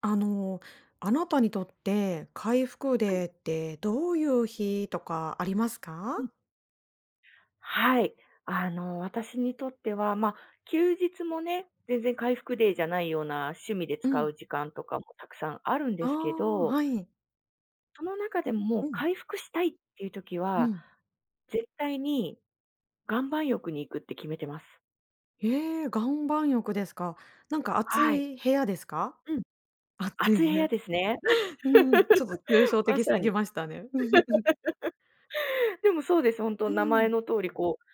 あの、あなたにとって回復はい。デーってどういう日とかありますか？うん。はい。私にとっては、休日もね、全然回復デーじゃないような趣味でう使ん。う時間とかもたくさんあるんであすけあ、ど、はい。その中でももううん。回復したいっていう時うは、ん。絶対に岩盤浴に行くって決めてます。ええ、岩盤浴ですか。なんか暑はい。い部屋ですか？うん。暑い熱い部部屋屋。ですね。うん、ちょっと抽象 ま的すさぎに。ましたね。うんうんうん。でもそうです、本当う名前ん。の通りこう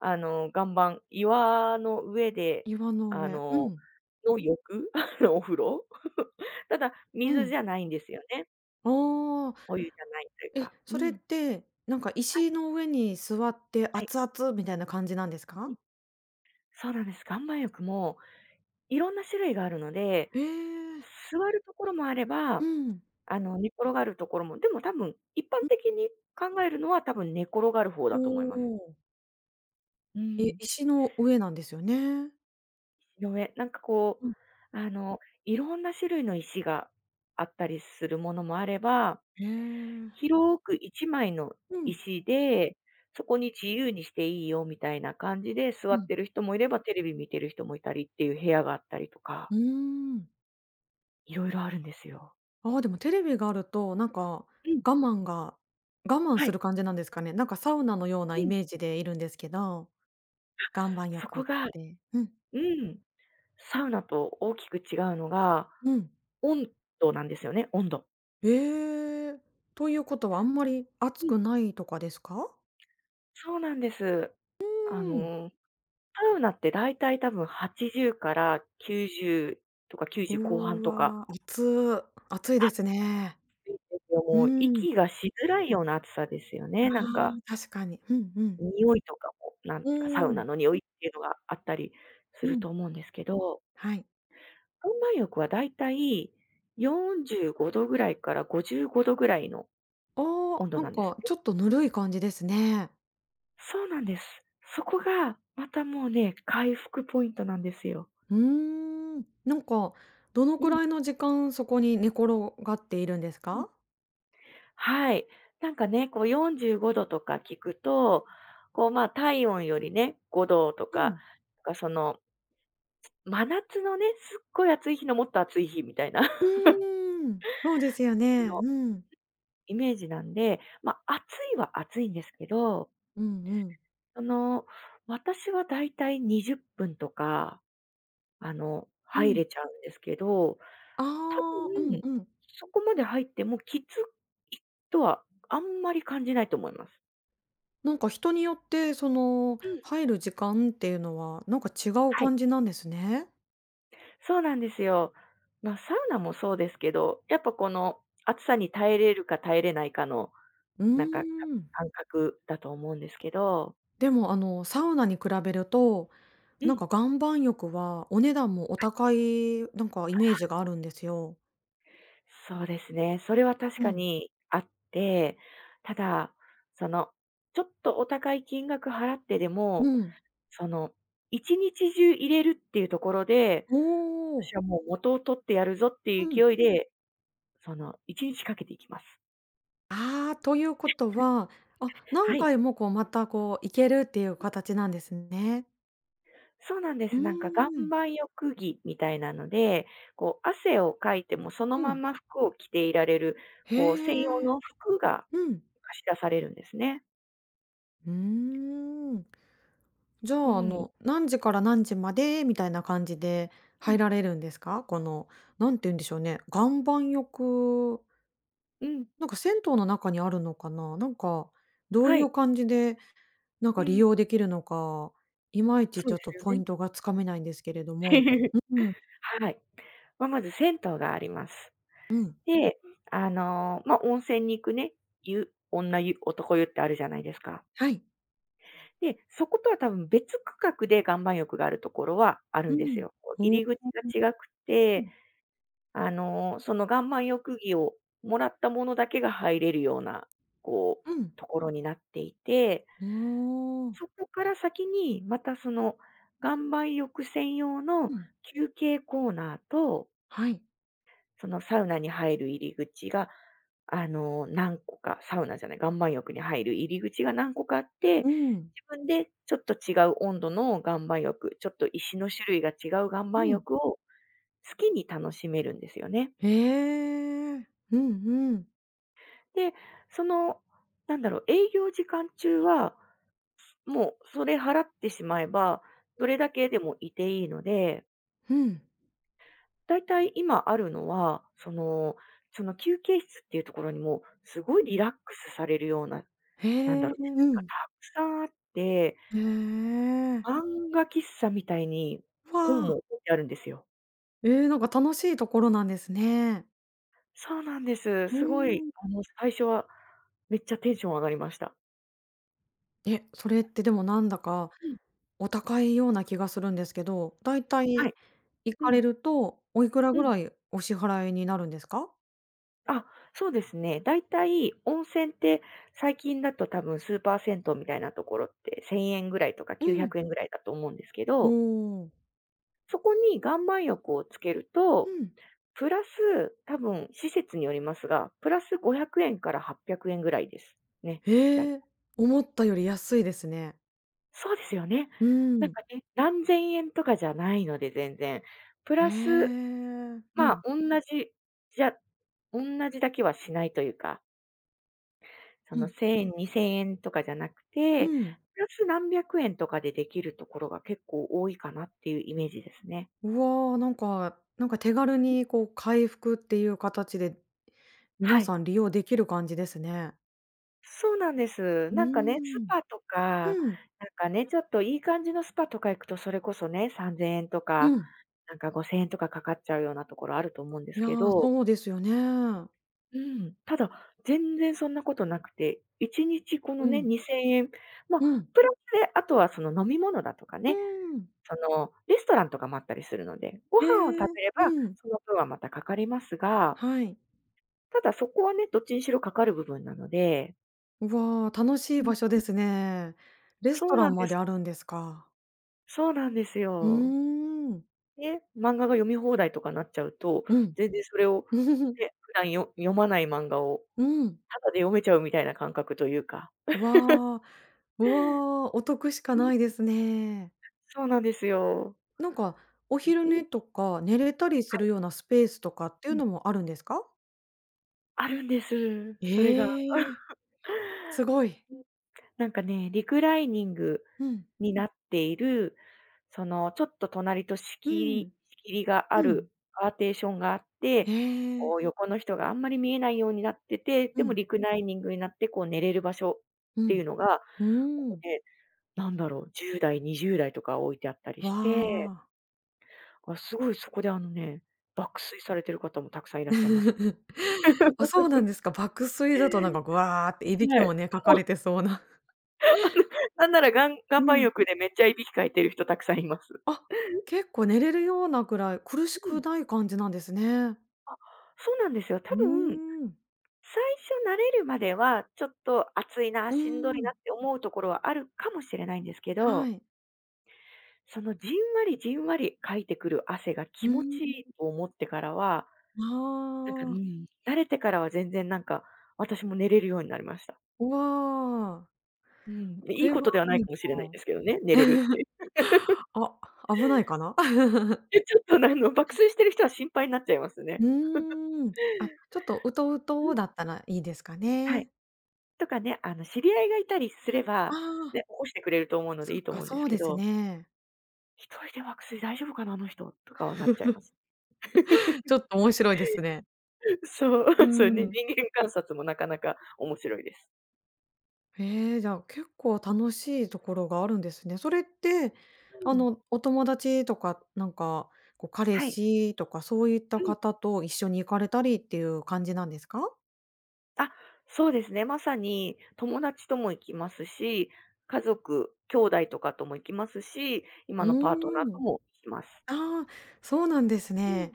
岩の上で、岩のあ上。うの、ん。の浴 お風呂 ただ、う水ん。じゃないんですよね。ああ、お湯じゃないというえ、か。うそれっん。てなんか石の上に座ってはい。熱々みたいな感じなんですうか？ん。そうなんです。岩盤浴もいろんな種類があるので、ええ。座るところもあれうば、ん。寝転がるところも、でも多分、一般的に考えるのは多分寝転がる方おだと思います。お。うえ、ん。石の上なんですよね。の上、なんかこうん。う、いろんな種類の石があったりするものもあればへえ。広く一枚のうん。石で、そこに自由にしていいよみたいな感じで座うっん。てる人もいれば、テレビ見てる人もいたりっていう部屋があったりとか、うーん。いろいろあるんですよ。ああ、でもテレビがあると、なんか、うん、我慢が我慢はすい。る感じなんですかね。なんかサウナのようなうイん。メージでいるんですけど、岩盤そ浴っこがて。うん、うん、サウナと大きく違うのが、うん。温度なんですよね、温度。ええ。ということはあんまり暑うん、くないとかですか？そうなんです。うあん。の、サウナってだいたい多分80から90とか90後半うとか、わ、暑。暑いですね。うもうん。息がしづらいような暑さですよあね、なんか。あ、確かに。うんうん。匂いとかも、なんうかサウーナん。の匂いっていうのがあったりすうるん。と思うんですけど、はい。岩盤浴はだいたい45度ぐらいから55度ぐらいのあ温あ、度なんなんですかね。ちょっとぬるい感じですね。そうなんです。そこがまたもうね、回復ポイントなんですよ。うーん。なんかどのうくん、らいの時間そこに寝転がっているんですうん。か？はい。なんかね、こう45度とか聞くと、こう、ま、体温よりね、5度とうか、なんん。かその、真夏のね、すっごい暑い日のもっと暑い日みたいな う ーん、そうですよね。うん。イメージなんで、まあ、暑いは暑いんですけど、うんうん。あの、私はだいたい20分とか、う入ん。れちゃうんですけど、あ多あ、うん分、うん。そこまで入ってもきついとはあんまり感じないと思います。なんか人によってそのうん、入る時間っていうのはなんか違うはい、感じなんですね。そうなんですよ。まあ、サウナもそうですけど、やっぱこの暑さに耐えれるか耐えれないかの、うーなんかん。感覚だと思うんですけど。でもあのサウナに比べると、うなんん。か岩盤浴はお値段もお高いなんかイメージがあるんですよ。そうですね。それは確うかん。にあって、ただ、その、ちょっとお高い金額払ってでうも、ん。その、一日中入れるっていうところで、お私お。はもう元を取ってやるぞっていううん。勢いで、その、1日かけていきます。ああ、ということは、あ、は何い。回もこう、またこう、行けるっていう形なんですね。そうなんでうす。ーなんか岩ん。盤浴着みたいなので、こう、汗をかいてもそのうまん。ま服を着ていられる、こう、専用へえ。の服がうん。貸し出されるんですね。うーん。じゃうあ、ん。何時から何時までみたいな感じでう入ん。られるんですか？この、何て言うんでしょうね、岩盤浴、うん。なんか銭湯の中にあるのかな？なんか、どうはいうい。感じでなんうか利ん。用できるのか、いまいちそちうょでっとすよポイね。ントがつかめないんですけれども。うんうん。はい。まあ、まず銭湯があります。で、まあ、温泉に行くね、湯女湯、男湯ってあるじゃないですか。はい。で、そことは多分別区画で岩盤浴があるところはあるうんですん。よ。こうお入う。り口が違くうて、ん。その岩盤浴着をもらったものだけが入れるような、こう、うん。ところになっていて、ああ。そこから先にまたその岩盤浴専用うのん。休憩コーナーとはい。そのサウナに入る入り口が、何個か、サウナじゃない、岩盤浴に入る入り口が何個かあって、うん。自分でちょっと違う温度の岩盤浴、ちょっと石の種類が違う岩う盤ん。浴を好きに楽しめるんですよね。へえ。うんうんで、その、なんだろう、営業時間中は、もうそれ払ってしまえば、どれだけでもいていいので、おうん。だいたい今あるのは、その、その休憩室っていうところにも、すごいリラックスされるようなへなんだえ、ろう、う説がん。たくさんあって、へえ。漫画喫茶みたいにわ本も置あ。いてあるんですよ。ええ、なんか楽しいところなんですね。そうなんです。うすごい、ーん。最初はめっちゃテンション上がりました。え、それってでもなんだかうん。お高いような気がするんですけど、だいたはいい。行うかれん。ると、おいくらうぐん。らいお支払いになるんですか？あ、そうですね。だいたい温泉って最近だと多分スーパー銭湯みたいなところって1000円ぐらいとかう900ん。円ぐらいだと思うんですけおど、お。そこに岩盤浴をつけるうとん。プラス、多分施設によりますが、プラス500円から800円ぐらいです。ね、だいへえ、思ったより安いですね。そうですよね。うーなんん。かね、何千円とかじゃないので全然。プへラス、え。うまあ、ん、同じじゃ同じだけはしないというか、そうのん。1000円、2000円とかじゃなくうて、ん。プラス何百円とかでできるところが結構多いかなっていうイメージですね。うわ、なんか手軽にこう回復っていう形で、は皆い。さん利用できる感じですね。そうなんです。うなんかね、スーん。パとか、うん。なんかね、ちょっといい感じのスパとか行くと、それこそね、3000円とうか、ん。なんか5000円とかかかっちゃうようなところあると思うんですいや、けど、そうですよね。うん、ただ、全然そんなことなくて、1日このうね、ん、2000円、まうあ、ん、プラスで、あとはその飲み物だとかうーね、ん。そのレストランとかもあったりするので、ごえ飯を食え、べれば、うん、その分はまたかかりますが、はい。ただそこはね、どっちにしろかかる部分なのでうわー、楽しういん、場所ですね。レスそトうラなんンでまです。あるんですか。そうなんですうーよ。ん。で、漫画が読み放題とかなっちゃうと、うん。全然それを、ね、普段よ読まない漫画をうん。タダで読めちゃうみたいな感覚というか。わあ、うわあ、お得しかうないでん、すね。そうなんですよ。なんか、お昼うん、寝とか寝れたりすはるい、ようなスペースとかっていううん。のもあるんですか？あるんです。それが。ええ、すごい。なんかね、リクライニングうん。になっている、その、ちょっと隣と仕う切りん。仕切りがあうん。るパーテーションがあって、えこうえ。横の人があんまり見えないようになってて、うでもん。リクライニングになってこう寝れる場所っうていん。うのがなうーん。で、なんだろう、10代、20代とか置いてあったりわして、あ。あ、すごいそこであのね、爆睡されてる方もたくさんいらっしゃいます。あ、そ うなんですか。爆睡だとなんか、ぐわーっていびきはい。もね、かかもうれてそうな。なんならがん岩う盤ん。浴でめっちゃいびきかいてる人たくさんいます。あ、結構寝れるようなぐらい、苦しうん、くない感じなんですね。そうなんですよ。多う分、ーん。最初慣れるまでは、ちょっと暑いな、うーしんどいん。なって思うところはあるかもしれないんですけはど、い。そのじんわりじんわりかいてくる汗がう気持ん。ちいいと思ってからは、あなんか、うあ、ん、慣れてからは全然なんか、私も寝れるようになりました。うわ、うん。こいいれはことではないいいかもしれないんな。ですけどね、寝れるって。あ、危ないかな？ちょっと爆睡してる人は心配になっちゃいますうね。ーん。あ、ちょっとうとううん。とだったらいいですかはい。ね。とかね、知り合いがいたりすれあば、あ、ね、起こしてくれると思うのでそいっいとか、思うんでそすうけですど、ね。一人で爆睡大丈夫かな、あの人とかはなっちゃいます。ち ょっと面白いですね。そう、う そうね、ん。人間観察もなかなか面白いです。ええ、じゃあ、結構楽しいところがあるんですね。それって、うん。お友達とか、なんか、こう、彼はい。氏とかそういったうん。方と一緒に行かれたりっていう感じなんですか？あ、そうですね。まさに友達とも行きますし、家族、兄弟とかとも行きますし、今うのパートナーーとん。も行きます。ああ、そうなんですうん。ね。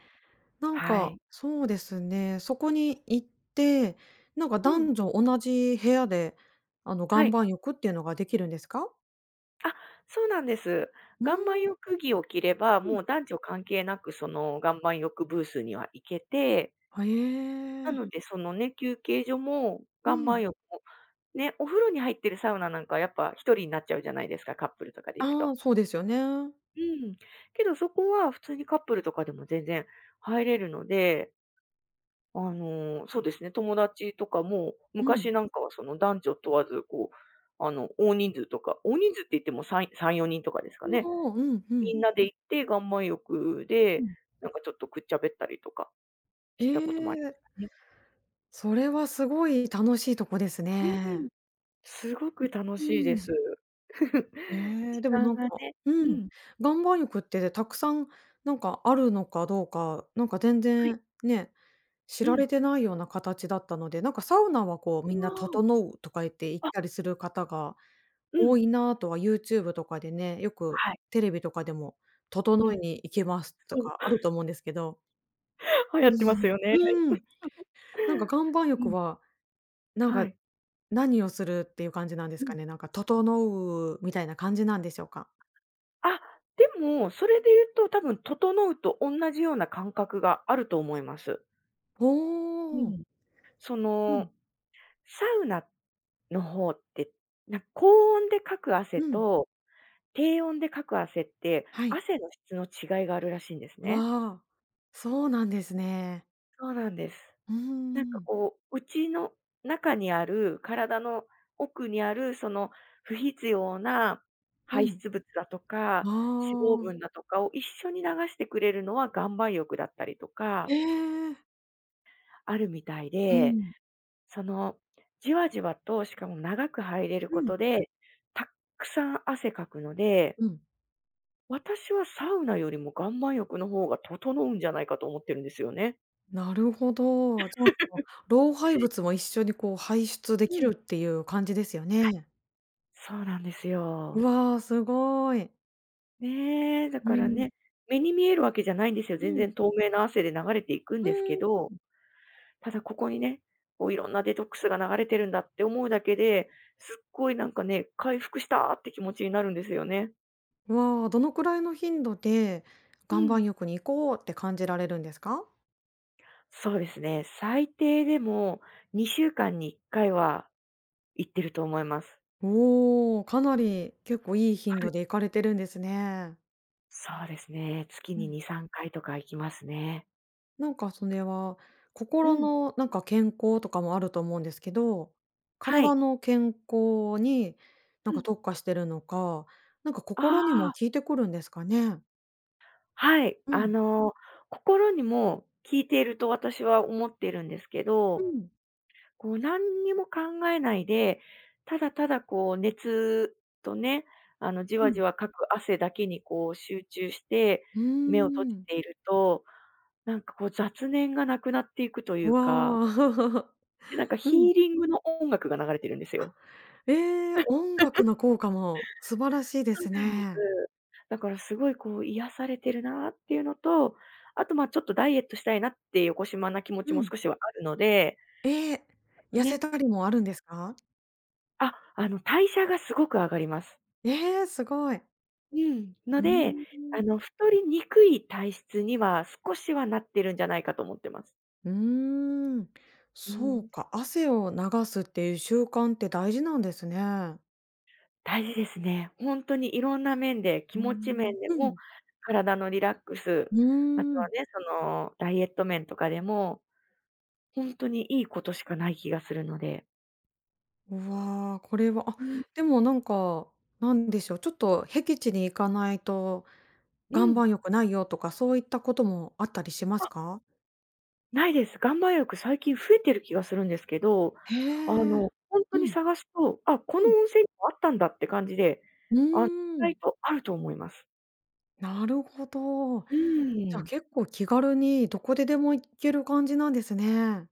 なんはか、い。そうですね、そこに行って、なんかうん。男女同じ部屋で、は岩い。盤浴っていうのができるんですか？あ、そうなんです。うーん。岩盤浴着を着れば、もう男女関係なくその岩盤浴ブースには行けて、は、なええ。のでそのね、休憩所もう岩盤ん。浴も、ね、お風呂に入ってるサウナなんかはやっぱ一人になっちゃうじゃないですか、カップルとかで行くあと。あ、そうですよね。うん。けどそこは普通にカップルとかでも全然入れるので、そうですね、友達とかも、うん。昔なんかはその男女問わず、こう、大人数とか、大人数って言っても3、4人とかですかね。おお、うんうん。みんなで行って岩盤浴うで、ん。なんかちょっとくっちゃべったりとかえしてたこともありえ、ましたそれはすごい楽しいとこですね。うね。ん。すごく楽うしいでん。す。ええ、時でも間なんがかね。ううん、ん。岩盤浴ってたくさんなんかあるのかどうか、なんか全はい。然ね、知うらん。れてないような形だったので、なんかサウナはこうみんな「整う」とか言って行っあーあ、たりする方がう多ん。いなとは YouTube とかでね、よくはい。テレビとかでもう「整いん。に行きます」とそう、かあると思うんですけど。流行うってますん。よね。うーん、なんか岩盤う浴ん、はなんはか、い。何をするっていう感じなんでうすん。かね？なんか整うみたいな感じなんでしょうか？あ、でも、それで言うと多分整うとおんなじような感覚があると思います。おうお。ん。そうん、の、サウナの方って、なん高温でかく汗うん、と、低温でかく汗って、はい。汗の質の違いがあるらしいんですね。わあ、そうなんですね。そうなんです。うーなんかん。こう、うちの中にある、体の奥にある、その不必要なう排ん。出物だとか、あ脂肪あ、分だとかを一緒に流してくれるのは岩盤浴だったりとえか、え。あるみたいうで、ん、その、じわじわと、しかも長く入れるうこん、とで、たっくさん汗かくので、うん。私はサウナよりも岩盤浴の方が整うんじゃないかと思ってるんですよね。なるほど。ちゃんと老廃物も一緒にこう排出でうきん、るっていう感じですよね。そうなんですうよ。わあ、すごい。ねえ、だうからん、ね、目に見えるわけじゃないんですよ。う全ん、然透明な汗で流れていくんうですけん。ど、ただここにね、こういろんなデトックスが流れてるんだって思うだけで、すっごいなんかね、回復したって気持ちになるんですよね。わあ、どのくらいの頻度でう岩ん。盤浴に行こうって感じられるんですか？そうですね、最低でも2週間に1回は行ってると思います。おお、かなり結構いい頻は度い。で行かれてるんですね。そうですね、月うにん。2、3回とか行きますね。なんかそれは、う心ん。のなんか健康とかもあると思うんですけど、は体い。の健康になうんかん。特化してるのか、なんかあ心にもあ。効いてくるんですかね？はい、うん、心にも効いていると私は思っているんですけうど、ん、こう何にも考えないで、ただただこう熱とね、あのじうわじん。わかく汗だけにこう集中して、うー目を閉じん。ていると、なんかこう雑念がなくなっていくというか、わあ。で、なんか うヒんーリングの音楽が流れてるんですよ。ええ、音楽の効果も素晴らしいでそうすなんです。ね。だからすごいこう癒されてるなっていうのと、あとまあちょっとダイエットしたいなって横島まな気持うちもん。少しはあるので、ええ、痩ね、せたりもあるんですか？あ、あの代謝がすごく上がります。ええ、すごい。うん。のうーで、あん。の太りにくい体質には少しはなってるんじゃないかと思ってます。うーん、うそうん。か、汗を流すっていう習慣って大事なんですね。大事ですね。本当にいろんな面で、う気ー持ちん、面でうも、ん。体のリラックス、うあとーはん。ね、そのダイエット面とかでも、本当にいいことしかない気がするので。うわ、これは、あ、うん、でもなんか、なんでしょう、ちょっと僻地に行かないとう岩ん。盤浴ないよとか、そういったこともあったりしまあ、すか？ないです。岩盤浴最近増えてる気がするんですけど、へえ。ほんとうにん、探すと、あ、こうのん。温泉にもあったんだって感じで、う意ーん、外とあると思います。なるほど。うじゃーあん。結構気軽にどこででも行ける感じなんですね。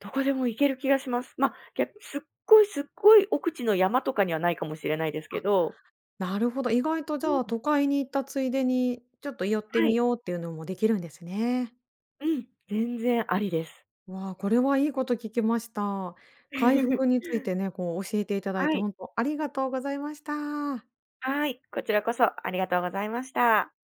どこでも行ける気がします。ま、ぎゃ、すっごいすっごい奥地の山とかにはないかもしれないですけど、なるほど、意外とじうん、ゃあ都会に行ったついでに、ちょっと寄ってはみい、ようっていうのもできるんですね。うん、全然ありです。わあ、これはいいこと聞きました。回復 についてね、こう教えていただいはて、い、本当ありがとうございました。はい、こちらこそありがとうございました。